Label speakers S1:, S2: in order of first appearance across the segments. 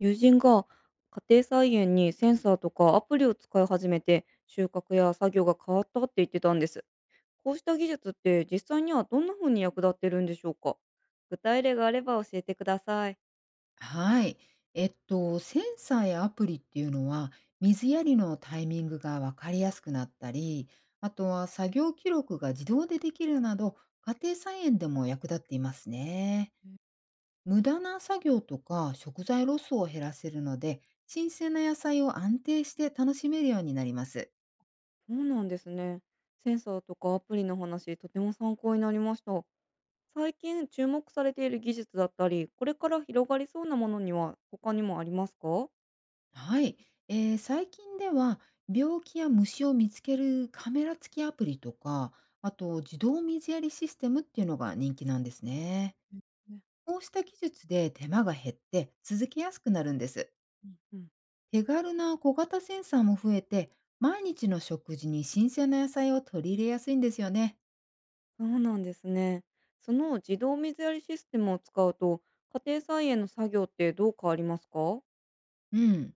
S1: 友人が家庭菜園にセンサーとかアプリを使い始めて収穫や作業が変わったって言ってたんです。こうした技術って実際にはどんな風に役立ってるんでしょうか？具体例があれば教えてください。
S2: はい。センサーやアプリっていうのは、水やりのタイミングが分かりやすくなったり、あとは作業記録が自動でできるなど、家庭菜園でも役立っていますね。無駄な作業とか食材ロスを減らせるので、新鮮な野菜を安定して楽しめるようになります。
S1: そうなんですね。センサーとかアプリの話とても参考になりました。最近注目されている技術だったりこれから広がりそうなものには他にもありますか？
S2: はい。最近では、病気や虫を見つけるカメラ付きアプリとか、あと自動水やりシステムっていうのが人気なんですね。
S1: う
S2: こうした技術で手間が減って続けやすくなるんです。
S1: んうん。
S2: 手軽な小型センサーも増えて、毎日の食事に新鮮な野菜を取り入れやすいんですよね。
S1: そうなんですね。その自動水やりシステムを使うと、家庭菜園の作業ってどう変わりますか？
S2: うん。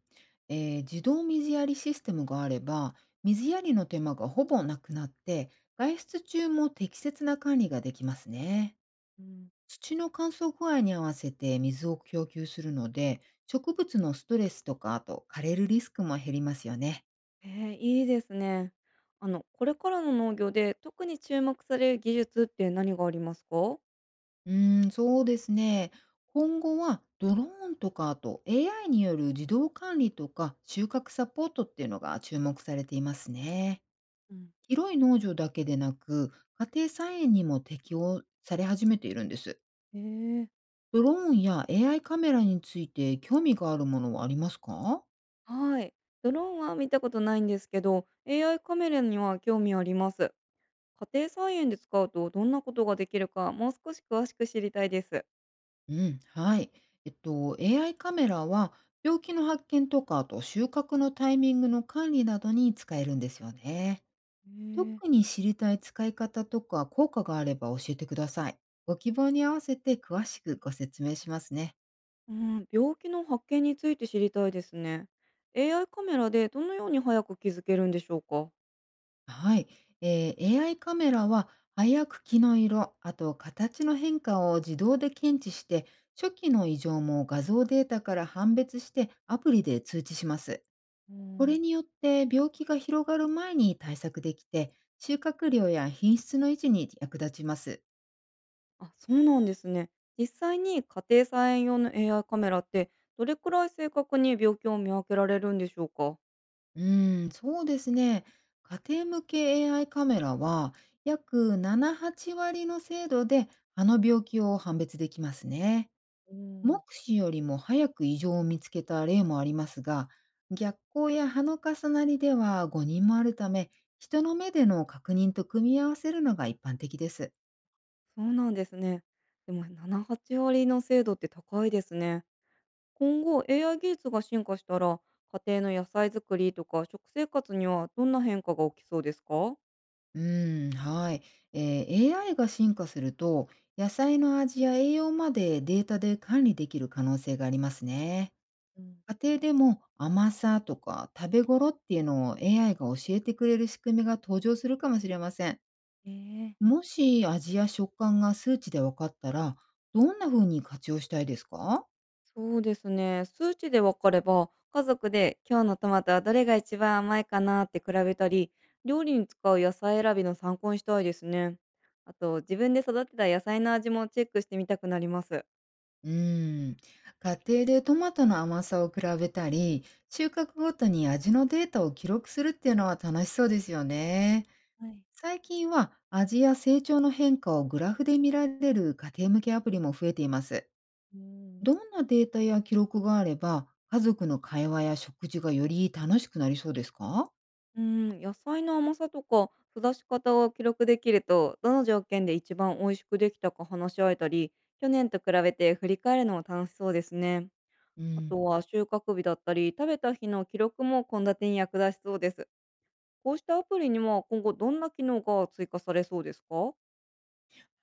S2: 自動水やりシステムがあれば、水やりの手間がほぼなくなって、外出中も適切な管理ができますね。
S1: うん、
S2: 土の乾燥具合に合わせて水を供給するので、植物のストレスとか、あと枯れるリスクも減りますよね。
S1: へえー、いいですね。あの、これからの農業で特に注目される技術って何がありますか？
S2: うーん、そうですね。今後はドローンとかあと AI による自動管理とか収穫サポートっていうのが注目されていますね。
S1: うん。
S2: 広い農場だけでなく家庭菜園にも適用され始めているんです。
S1: へえー、
S2: ドローンや AI カメラについて興味があるものはありますか？
S1: はい。ドローンは見たことないんですけど、AI カメラには興味あります。家庭菜園で使うとどんなことができるか、もう少し詳しく知りたいです。
S2: うん、はい。AI カメラは病気の発見とかあと収穫のタイミングの管理などに使えるんですよね。
S1: へ
S2: 特
S1: え。
S2: に知りたい使い方とか効果があれば教えてください。ご希望に合わせて詳しくご説明しますね。
S1: うん、病気の発見について知りたいですね。AI カメラでどのように早く気づけるんでしょうか？
S2: はい。AI カメラは葉く木の色、あと形の変化を自動で検知して、初期の異常も画像データから判別してアプリで通知します。
S1: う
S2: これ
S1: ん、
S2: によって病気が広がる前に対策できて、収穫量や品質の維持に役立ちます。
S1: あ、そうなんですね。実際に家庭菜園用の AI カメラってどれくらい正確に病気を見分けられるんでしょうか？
S2: うーん、そうですね。家庭向け AI カメラは約7、8割の精度で歯の病気を判別できますね。
S1: う
S2: 目
S1: ん、
S2: 視よりも早く異常を見つけた例もありますが、逆光や歯の重なりでは誤認もあるため、人の目での確認と組み合わせるのが一般的です。
S1: そうなんですね。でも7、8割の精度って高いですね。今後 AI 技術が進化したら家庭の野菜作りとか食生活にはどんな変化が起きそうですか？
S2: うーん、はい。AI が進化すると、野菜の味や栄養までデータで管理できる可能性がありますね。
S1: うん。
S2: 家庭でも甘さとか食べ頃っていうのを AI が教えてくれる仕組みが登場するかもしれません。
S1: ええ、
S2: もし味や食感が数値で分かったら、どんな風に活用したいですか？
S1: そうですね。数値で分かれば、家族で今日のトマトはどれが一番甘いかなって比べたり、料理に使う野菜選びの参考にしたいですね。あと、自分で育てた野菜の味もチェックしてみたくなります。
S2: うーん。家庭でトマトの甘さを比べたり、収穫ごとに味のデータを記録するっていうのは楽しそうですよね。
S1: はい。
S2: 最近は味や成長の変化をグラフで見られる家庭向けアプリも増えています。
S1: うん。
S2: どんなデータや記録があれば、家族の会話や食事がより楽しくなりそうですか？
S1: うん、野菜の甘さとか育ち方を記録できると、どの条件で一番美味しくできたか話し合えたり、去年と比べて振り返るのも楽しそうですね。
S2: う
S1: あと
S2: ん、
S1: は収穫日だったり、食べた日の記録も献立に役立ちそうです。こうしたアプリには今後どんな機能が追加されそうですか？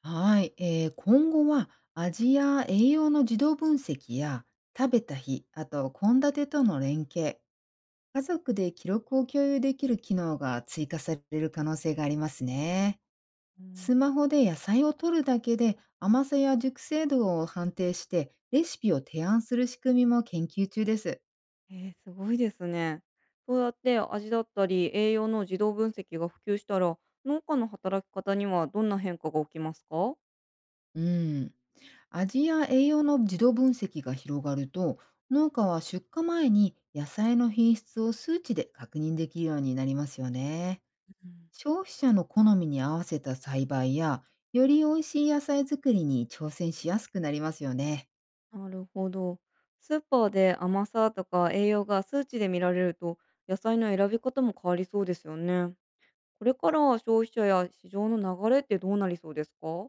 S2: はい、今後は味や栄養の自動分析や食べた日、あと献立との連携、家族で記録を共有できる機能が追加される可能性がありますね。
S1: う
S2: ス
S1: ん、
S2: マホで野菜を取るだけで甘さや熟成度を判定してレシピを提案する仕組みも研究中です。
S1: ええ、すごいですね。そうやって味だったり栄養の自動分析が普及したら、農家の働き方にはどんな変化が起きますか？
S2: うん。味や栄養の自動分析が広がると、農家は出荷前に野菜の品質を数値で確認できるようになりますよね。
S1: うん、
S2: 消費者の好みに合わせた栽培や、より美味しい野菜作りに挑戦しやすくなりますよね。
S1: なるほど。スーパーで甘さとか栄養が数値で見られると、野菜の選び方も変わりそうですよね。これから消費者や市場の流れってどうなりそうですか？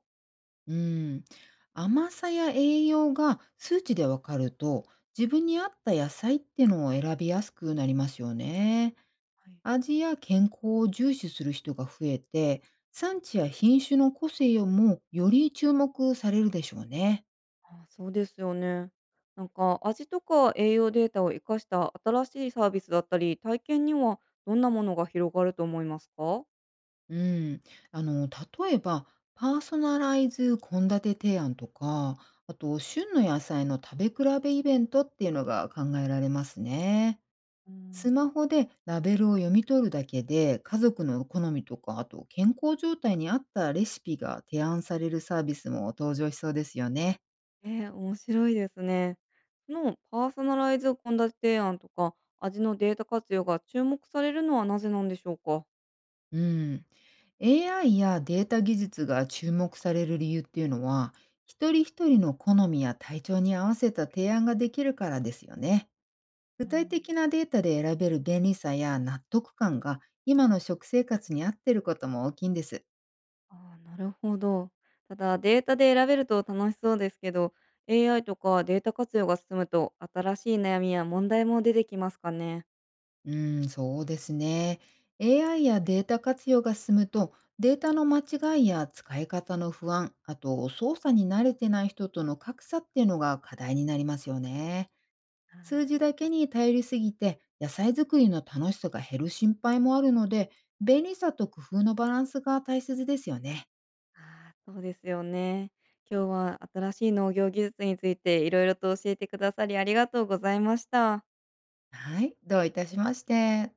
S2: うん。甘さや栄養が数値でわかると、自分に合った野菜ってのを選びやすくなりますよね。
S1: はい。
S2: 味や健康を重視する人が増えて、産地や品種の個性をもより注目されるでしょうね。
S1: あ、そうですよね。なんか味とか栄養データを活かした新しいサービスだったり、体験にはどんなものが広がると思いますか？
S2: うん。例えば、パーソナライズ献立提案とか、あと、旬の野菜の食べ比べイベントっていうのが考えられますね。
S1: う
S2: ス
S1: ん、
S2: マホでラベルを読み取るだけで、家族の好みとか、あと健康状態に合ったレシピが提案されるサービスも登場しそうですよね。
S1: 面白いですね。そのパーソナライズ献立提案とか、味のデータ活用が注目されるのはなぜなんでしょうか？
S2: うん。AI やデータ技術が注目される理由っていうのは、一人一人の好みや体調に合わせた提案ができるからですよね。
S1: う
S2: 具体
S1: ん、
S2: 的なデータで選べる便利さや納得感が今の食生活に合ってることも大きいんです。
S1: ああ、なるほど。ただデータで選べると楽しそうですけど、AI とかデータ活用が進むと新しい悩みや問題も出てきますかね。
S2: うーん、そうですね。AI やデータ活用が進むと、データの間違いや使い方の不安、あと操作に慣れてない人との格差っていうのが課題になりますよね。数字だけに頼りすぎて野菜作りの楽しさが減る心配もあるので便利さと工夫のバランスが大切ですよね。
S1: ああ、そうですよね。今日は新しい農業技術についていろいろと教えてくださりありがとうございました。
S2: はい、どういたしまして。